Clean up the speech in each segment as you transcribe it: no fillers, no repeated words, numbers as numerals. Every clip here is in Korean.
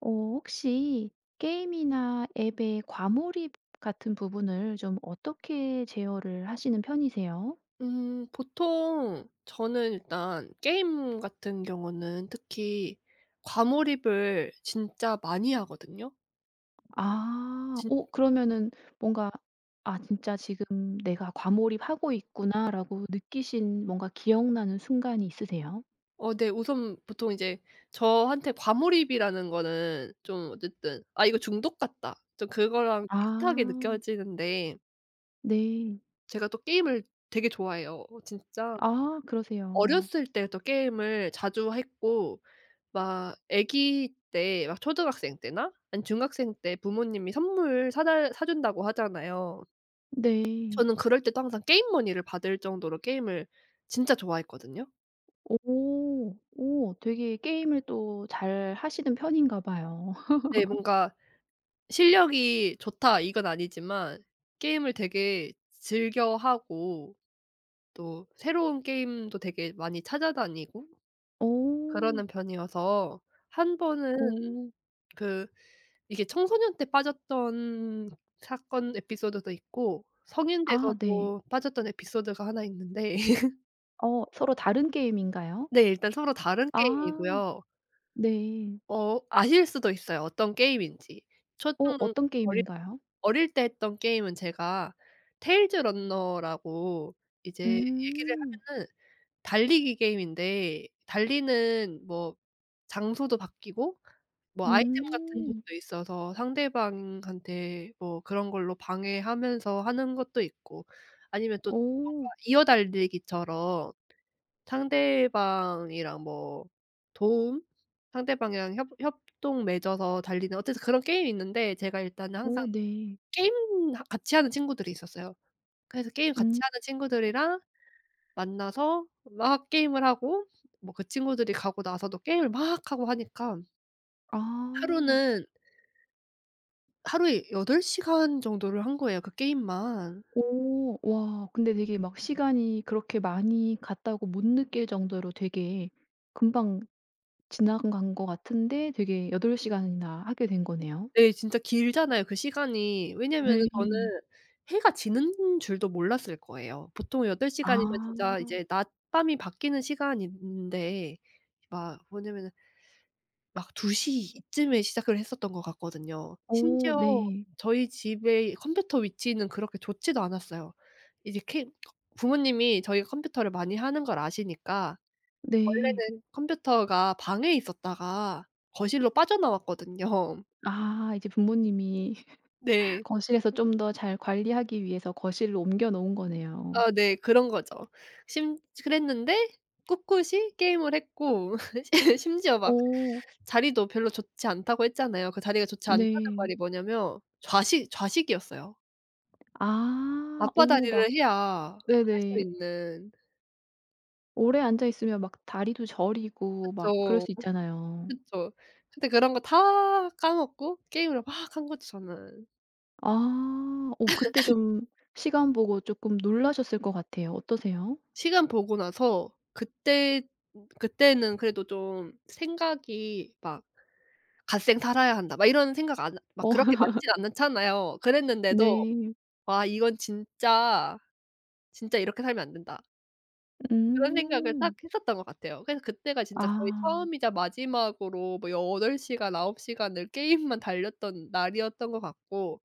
어 혹시 게임이나 앱의 과몰입 같은 부분을 좀 어떻게 제어를 하시는 편이세요? 보통 저는 일단 게임 같은 경우는 특히 과몰입을 진짜 많이 하거든요. 아. 진 어 그러면은 뭔가 '아 진짜 지금 내가 과몰입하고 있구나.'라고 느끼신 뭔가 기억나는 순간이 있으세요? 어 네, 우선 보통 이제 저한테 과몰입이라는 거는 좀 어쨌든 '아 이거 중독 같다.' 좀 그거랑 비슷하게 아 느껴지는데 네. 제가 또 게임을 되게 좋아해요. 진짜 아 그러세요. 어렸을 때부터 게임을 자주 했고 막 아기 때 막 초등학생 때나 아니면 중학생 때 부모님이 선물 사달 사 준다고 하잖아요. 네. 저는 그럴 때도 항상 게임 머니를 받을 정도로 게임을 진짜 좋아했거든요. 오. 오 되게 게임을 또 잘하시는 편인가 봐요. 네, 뭔가 실력이 좋다 이건 아니지만 게임을 되게 즐겨하고 또 새로운 게임도 되게 많이 찾아다니고 오, 그러는 편이어서 한 번은 오. 그 이게 청소년 때 빠졌던 사건 에피소드도 있고 성인 아 네. 돼서도 빠졌던 에피소드가 하나 있는데 어 서로 다른 게임인가요? 네, 일단 서로 다른 아 게임이고요. 네. 어 아실 수도 있어요, 어떤 게임인지. 어 초등 어떤 어릴 게임인가요? 어릴 때 했던 게임은 제가 테일즈 런너라고 이제 얘기를 음. 하면은 달리기 게임인데 달리는 뭐 장소도 바뀌고 뭐 아이템 같은 음. 것도 있어서 상대방한테 뭐 그런 걸로 방해하면서 하는 것도 있고 아니면 또 뭔가 오. 이어달리기처럼 상대방이랑 뭐 도움? 상대방이랑 협 협동 맺어서 달리는 어쨌든 그런 게임이 있는데 제가 일단은 항상 오 네. 게임 하 같이 하는 친구들이 있었어요. 그래서 게임 같이 음. 하는 친구들이랑 만나서 막 게임을 하고 뭐 그 친구들이 가고 나서도 게임을 막 하고 하니까 아. 하루는 하루에 8 시간 정도를 한 거예요, 그 게임만. 오. 와 근데 되게 막 시간이 그렇게 많이 갔다고 못 느낄 정도로 되게 금방 지나간 것 같은데 되게 여덟 시간이나 하게 된 거네요. 네, 진짜 길잖아요, 그 시간이. 왜냐면은 네. 저는 해가 지는 줄도 몰랐을 거예요. 보통 8 시간이면 아. 진짜 이제 낮밤이 바뀌는 시간인데 막 뭐냐면은 막 2 시 이쯤에 시작을 했었던 것 같거든요. 오 심지어 네. 저희 집의 컴퓨터 위치는 그렇게 좋지도 않았어요. 이제 케 부모님이 저희가 컴퓨터를 많이 하는 걸 아시니까 네. 원래는 컴퓨터가 방에 있었다가 거실로 빠져나왔거든요. 아 이제 부모님이 네. 거실에서 좀 더 잘 관리하기 위해서 거실로 옮겨 놓은 거네요. 아 네. 그런 거죠. 심 그랬는데 꿋꿋이 게임을 했고 시 심지어 막 어. 자리도 별로 좋지 않다고 했잖아요. 그 자리가 좋지 않다는 네. 말이 뭐냐면 좌식이었어요. 아. 오 막 맞바다리를 해야 할 수 네네. 있는 오래 앉아 있으면 막 다리도 저리고 막 그럴 그쵸. 수 있잖아요. 그쵸. 근데 그런 거 다 까먹고 게임을 막 한 거죠 저는. 아. 어 그때 좀 시간 보고 쪼끔 놀라셨을 것 같아요. 어떠세요? 시간 보고 나서 그때는 그래도 좀 생각이 막 '갓생 살아야 한다.' 막 이런 생각 안 막 어 그렇게 많진 않잖아요. 그랬는데도 네. '와 이건 진짜, 진짜 이렇게 살면 안 된다.' 그런 생각을 딱 음. 했었던 것 같아요. 그래서 그때가 진짜 거의 아. 처음이자 마지막으로 뭐 8 시간, 9 시간을 게임만 달렸던 날이었던 것 같고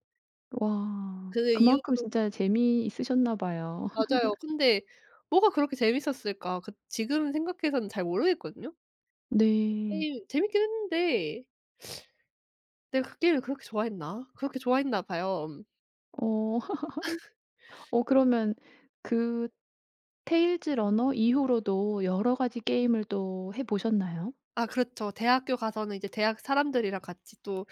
와. 그 이후 그만큼 진짜 재미있으셨나 봐요. 맞아요. 근데 뭐가 그렇게 재밌었을까? 그 지금 생각해서는 잘 모르겠거든요. 네. 게임 재밌긴 했는데 내가 그 게임을 그렇게 좋아했나? 그렇게 좋아했나 봐요. 음. 어. 어 그러면 그 테일즈 러너 이후로도 여러 가지 게임을 또 해 보셨나요? 아 그렇죠. 대학교 가서는 이제 대학 사람들이랑 같이 또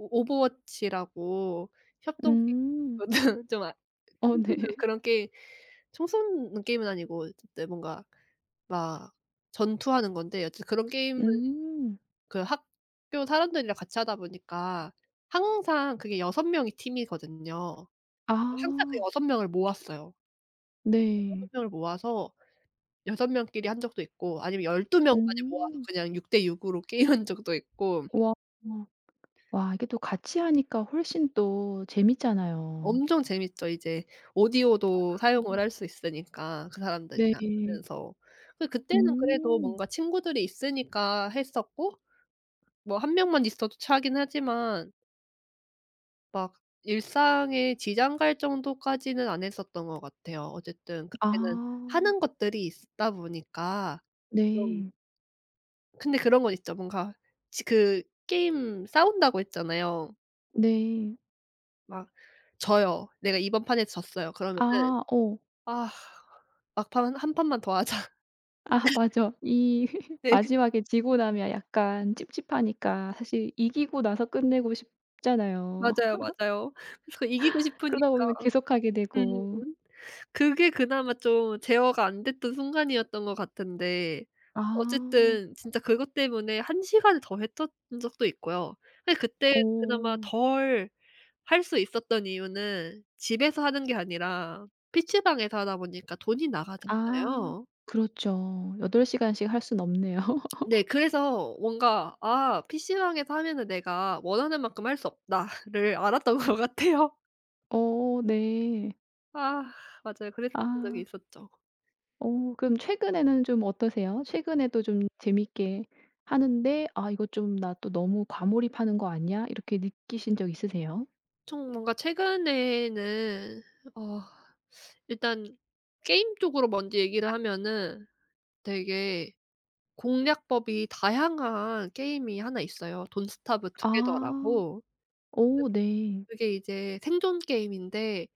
오 오버워치라고 협동 음. 게임 좀 아 어 총 네. 쏘는 그런 게임 총 쏘는 게임은 아니고 어쨌든 뭔가 막 전투하는 건데 여튼 그런 게임은 음. 그 학교 사람들이랑 같이 하다 보니까 항상 그게 6 명이 팀이거든요. 항상 그 아 6 명을 모았어요. 6 네. 명을 모아서 6 명끼리 한 적도 있고 아니면 12 명까지 모아서 음. 그냥 6대6 으로 게임한 적도 있고 와. 와 이게 또 같이 하니까 훨씬 또 재밌잖아요. 엄청 재밌죠. 이제 오디오도 사용을 음. 할 수 있으니까 그 사람들이랑 네. 하면서. 그때는 그래도 음. 뭔가 친구들이 있으니까 했었고 뭐 한 명만 있어도 차긴 하지만 막 일상에 지장 갈 정도까지는 안 했었던 것 같아요. 어쨌든 그때는 아. 하는 것들이 있다 보니까 좀 네. 근데 그런 건 있죠. 뭔가 지 그 게임 싸운다고 했잖아요. 네. 막 져요. "내가 이번 판에 졌어요." 그러면은 아어 "아 막판 한 판만 더 하자." 아 맞아. 이 네. 마지막에 지고 나면 약간 찝찝하니까 사실 이기고 나서 끝내고 싶잖아요. 맞아요, 맞아요. 그래서 이기고 그러다 싶으니까 보면 계속하게 음. 되고. 그게 그나마 좀 제어가 안 됐던 순간이었던 것 같은데 아. 어쨌든 진짜 그것 때문에 한 시간을 더 했던 적도 있고요. 근데 그때 그나마 오 덜 할 수 있었던 이유는 집에서 하는 게 아니라 피 c 방에서 하다 보니까 돈이 아 나가잖아요. 그렇죠. 8 시간씩 할 순 없네요. 네. 그래서 뭔가 '아 PC방에서 하면은 내가 원하는 만큼 할 수 없다.'를 알았던 것 같아요. 오, 네. 아 맞아요. 그랬던 적이 아 있었죠. 오 그럼 최근에는 좀 어떠세요? 최근에도 좀 재밌게 하는데 '아 이거 좀 나 또 너무 과몰입하는 거 아니야?' 이렇게 느끼신 적 있으세요? 좀 뭔가 최근에는 어 일단 게임 쪽으로 먼저 얘기를 하면은 되게 공략법이 다양한 게임이 하나 있어요. 돈스타브 아. 투게더라고. 오, 그게 네. 그게 이제 생존 게임인데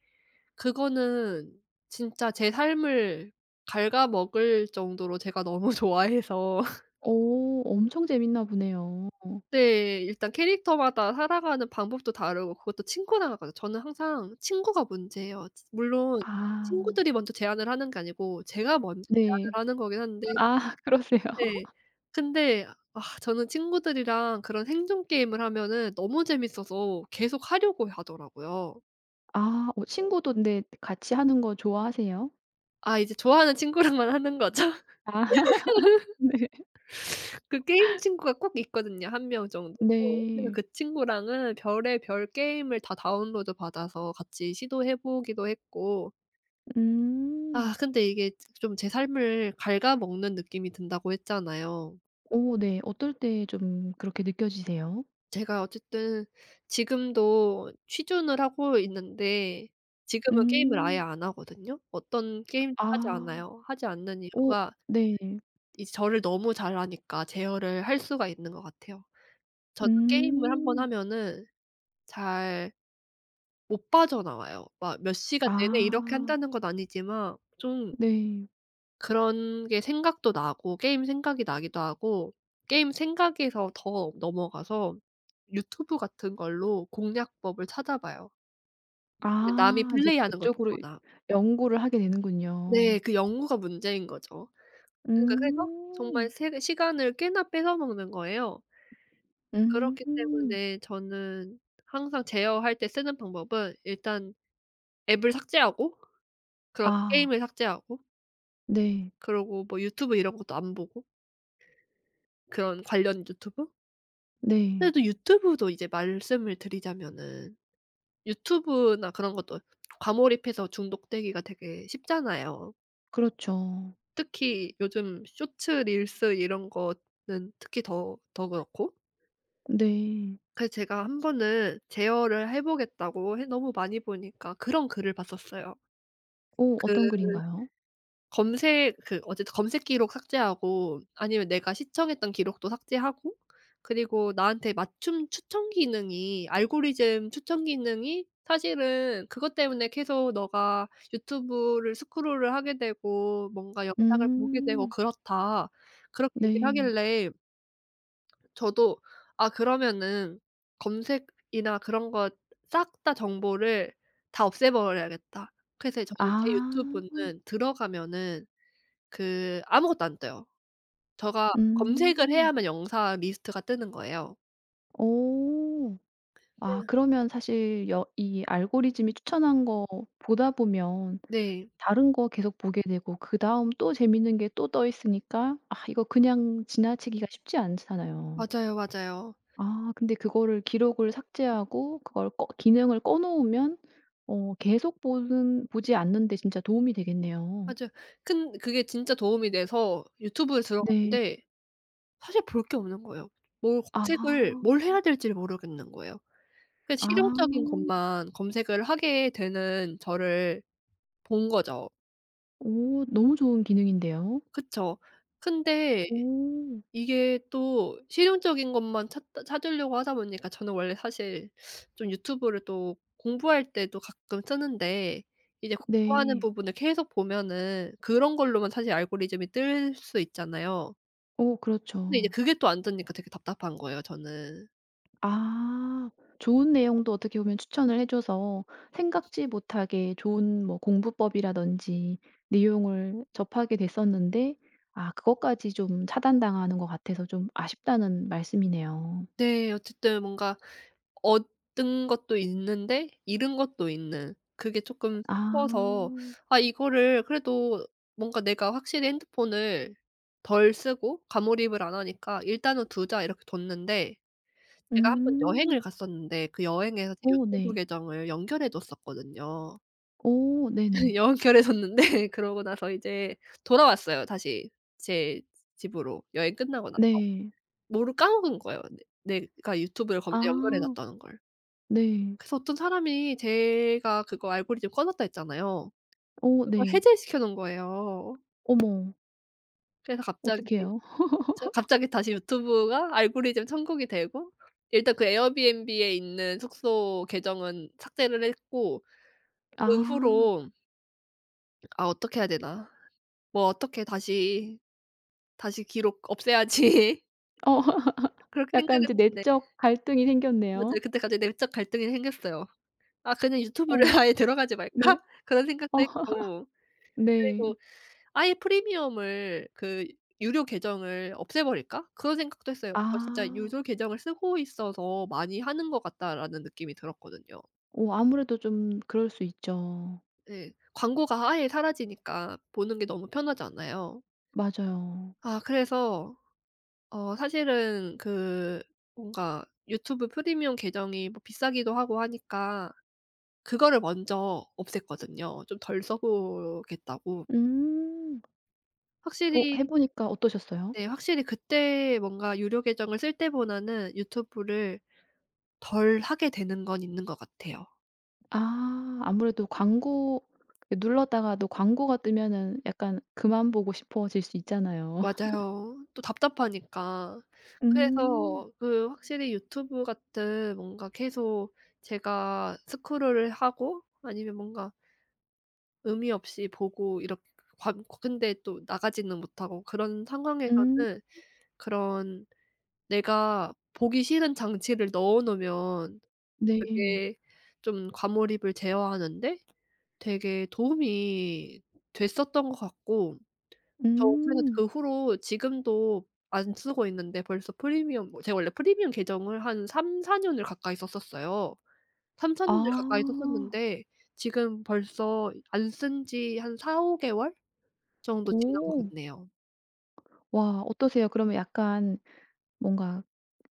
그거는 진짜 제 삶을 갉아먹을 정도로 제가 너무 좋아해서 오 엄청 재밌나 보네요. 네. 일단 캐릭터마다 살아가는 방법도 다르고 그것도 친구랑 하거든요. 저는 항상 친구가 문제예요. 물론 아 친구들이 먼저 제안을 하는 게 아니고 제가 먼저 네. 제안을 하는 거긴 한데 아 그러세요? 네. 근데 아 저는 친구들이랑 그런 행동 게임을 하면은 너무 재밌어서 계속 하려고 하더라고요. 아 어 친구도 근데 같이 하는 거 좋아하세요? 아 이제 좋아하는 친구랑만 하는 거죠. 아 네. 그 게임 친구가 꼭 있거든요 한 명 정도. 그래서 네. 그 친구랑은 별의별 게임을 다 다운로드 받아서 같이 시도해 보기도 했고 음. 아 근데 이게 좀 제 삶을 갉아먹는 느낌이 든다고 했잖아요. 오 네. 어떨 때 좀 그렇게 느껴지세요? 제가 어쨌든 지금도 취준을 하고 있는데 지금은 게임을 아예 음. 안 하거든요. 어떤 게임도 하지 아. 않아요. 하지 않는 오 이유가 네. 이제 저를 너무 잘 아니까 제어를 할 수가 있는 것 같아요. 저는 게임을 한 번 음. 하면은 잘 못 빠져나와요. 막 몇 시간 내내 이렇게 아 한다는 건 아니지만 좀 네. 그런 게 생각도 나고 게임 생각이 나기도 하고 게임 생각에서 더 넘어가서 유튜브 같은 걸로 공략법을 찾아봐요. 근데 남이 아 이제 플레이하는 걸 그쪽으로 보거나. 연구를 하게 네. 되는군요. 그 연구가 문제인 거죠. 그러니까 그래서 정말 음. 세 시간을 꽤나 뺏어먹는 거예요. 그렇기 음. 때문에 저는 항상 제어할 때 쓰는 방법은 일단 앱을 삭제하고 그런 아 게임을 삭제하고 네. 그러고 뭐 유튜브 이런 것도 안 보고 그런 관련 유튜브? 근데 네. 또 유튜브도 이제 말씀을 드리자면은 유튜브나 그런 것도 과몰입해서 중독되기가 되게 쉽잖아요. 그렇죠. 특히 요즘 쇼츠, 릴스 이런 거는 특히 더 그렇고. 네. 그래서 제가 한 번은 제어를 해 보겠다고 해 너무 많이 보니까 그런 글을 봤었어요. 어 그 어떤 글인가요? 검색 그 어쨌든 검색 기록 삭제하고 아니면 내가 시청했던 기록도 삭제하고 그리고 나한테 맞춤 추천 기능이 알고리즘 추천 기능이 사실은 그것 때문에 계속 너가 유튜브를 스크롤을 하게 되고 뭔가 영상을 보게 되고 음. "그렇다." 그렇게 얘기를 네. 하길래 저도 '아 그러면은 검색이나 그런 거 싹 다 정보를 다 없애버려야겠다.' 그래서 저희 제 아. 유튜브는 들어가면은 그 아무것도 안 떠요. 제가 검색을 음. 해야만 영상 리스트가 뜨는 거예요. 오. 네. 아 그러면 사실 여 이 알고리즘이 추천한 거 보다 보면 네. 다른 거 계속 보게 되고 그다음 또 재밌는 게 또 떠 있으니까 아 이거 그냥 지나치기가 쉽지 않잖아요. 맞아요, 맞아요. 아 근데 그거를 기록을 삭제하고 그걸 꺼 기능을 꺼 놓으면 어 계속 보는 보지 않는 데 진짜 도움이 되겠네요. 맞아요. 근 그게 진짜 도움이 돼서 유튜브에 네. 들어갔는데 사실 볼 게 없는 거예요. 아. 뭘 해야 될지를 모르겠는 거예요. 그 아. 실용적인 것만 검색을 하게 되는 저를 본 거죠. 오 너무 좋은 기능인데요. 그쵸. 근데 오. 이게 또 실용적인 것만 찾다 찾으려고 하다 보니까 저는 원래 사실 좀 유튜브를 또 공부할 때도 가끔 쓰는데 이제 공부하는 네. 부분을 계속 보면은 그런 걸로만 사실 알고리즘이 뜰 수 있잖아요. 어 근데 이제 그렇죠. 그게 또 안 뜨니까 되게 답답한 거예요 저는. 아. 좋은 내용도 어떻게 보면 추천을 해 줘서 생각지 못하게 좋은 뭐 공부법이라든지 내용을 접하게 됐었는데 아 그것까지 좀 차단당하는 것 같아서 좀 아쉽다는 말씀이네요. 네. 어쨌든 뭔가 얻은 것도 있는데 잃은 것도 있는 그게 쪼끔 슬퍼서 아. 아 이거를 그래도 뭔가 내가 확실히 핸드폰을 덜 쓰고 가몰입을 안 하니까 '일단은 두자.' 이렇게 뒀는데 제가 한번 여행을 음. 갔었는데 그 여행에서 제 어 유튜브 네. 계정을 연결해 뒀었거든요. 어 네네. 연결해 뒀는데 그러고 나서 이제 돌아왔어요 다시 제 집으로 여행 끝나고 나서. 네. 모르 까먹은 거예요. 내 내가 유튜브를 거기다 연결해 아. 놨다는 걸. 네. 그래서 어떤 사람이 제가 그거 알고리즘 꺼 놨다 했잖아요. 어 그걸 네. 해제시켜 놓은 거예요. 어머. 그래서 갑자기 어떡해요? 다시 유튜브가 알고리즘 천국이 되고 일단 그 에어비앤비에 있는 숙소 계정은 삭제를 했고 그 아. 후로 '아 어떻게 해야 되나. 뭐 어떻게 다시 기록 없애야지.' 어 그렇게 약간 이제 생각을 했는데 내적 갈등이 맞아요. 생겼네요. 그때 갑자기 내적 갈등이 생겼어요. '아 그냥 유튜브를 어 아예 들어가지 말까?' 네. 그런 어, 생각도 했고 네. 그리고 '아예 프리미엄을 그 유료 계정을 없애버릴까?' 그런 생각도 했어요. 뭔가 진짜 아. '유료 계정을 쓰고 있어서 많이 하는 것 같다.'라는 느낌이 들었거든요. 어 아무래도 좀 그럴 수 있죠. 네, 광고가 아예 사라지니까 보는 게 너무 편하잖아요. 맞아요. 아 그래서 어 사실은 그 뭔가 유튜브 프리미엄 계정이 뭐 비싸기도 하고 하니까 그거를 먼저 없앴거든요, 좀 덜 써 보겠다고. 음. 어 확실히 해 보니까 어떠셨어요? 네. 확실히 그때 뭔가 유료 계정을 쓸 때보다는 유튜브를 덜 하게 되는 건 있는 것 같아요. 아 아무래도 광고 그 눌렀다가도 광고가 뜨면은 약간 그만 보고 싶어질 수 있잖아요. 맞아요. 또 답답하니까. 음. 그래서 그 확실히 유튜브 같은 뭔가 계속 제가 스크롤을 하고 아니면 뭔가 의미 없이 보고 이렇게 관 근데 또 나가지는 못하고 그런 음. 상황에서는 그런 내가 보기 싫은 장치를 넣어 놓으면 네. 그게 좀 과몰입을 제어하는데 되게 도움이 됐었던 것 같고 저 그래서 음. 그 후로 지금도 안 쓰고 있는데 벌써 프리미엄 뭐 제가 원래 프리미엄 계정을 한 3-4 년을 가까이 썼었어요. 3-4 년을 가까이 아. 썼었는데 지금 벌써 안 쓴지 한 4-5 개월 정도 지난 것 오. 같네요. 와 어떠세요? 그러면 약간 뭔가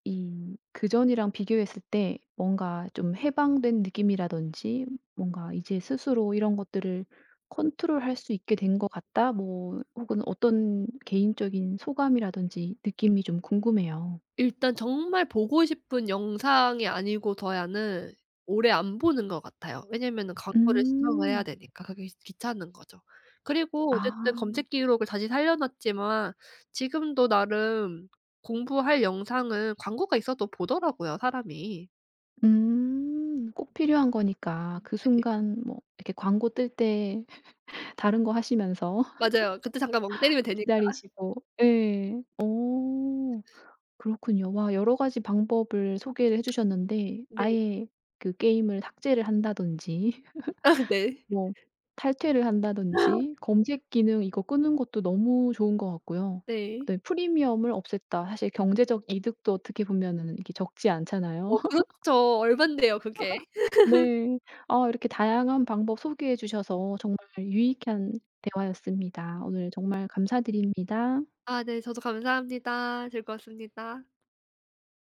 이 그전이랑 비교했을 때 뭔가 좀 해방된 느낌이라든지 뭔가 '이제 스스로 이런 것들을 컨트롤할 수 있게 된 것 같다.' 뭐 혹은 어떤 개인적인 소감이라든지 느낌이 좀 궁금해요. 일단 정말 보고 싶은 영상이 아니고서야는 오래 안 보는 것 같아요. 왜냐면은 광고를 시청을 해야 음. 되니까 그게 귀찮은 거죠. 그리고 어쨌든 아. 검색 기록을 다시 살려 놨지만 지금도 나름 공부할 영상은 광고가 있어도 보더라고요, 사람이. 음. 꼭 필요한 거니까 그 네. 순간 뭐 이렇게 광고 뜰 때 다른 거 하시면서 맞아요. 그때 잠깐 멍 때리면 되니까. 기다리시고 예. 어. 그렇군요. 와 여러 가지 방법을 소개를 해 주셨는데 네. 아예 그 게임을 삭제를 한다든지 아 네. 뭐 탈퇴를 한다든지 검색 기능 이거 끄는 것도 너무 좋은 것 같고요. 네. 그다음에 프리미엄을 없앴다. 사실 경제적 이득도 어떻게 보면은 이게 적지 않잖아요. 어 그렇죠. 얼만데요, 그게. 네. 아 이렇게 다양한 방법 소개해 주셔서 정말 유익한 대화였습니다. 오늘 정말 감사드립니다. 아 네. 저도 감사합니다. 즐거웠습니다.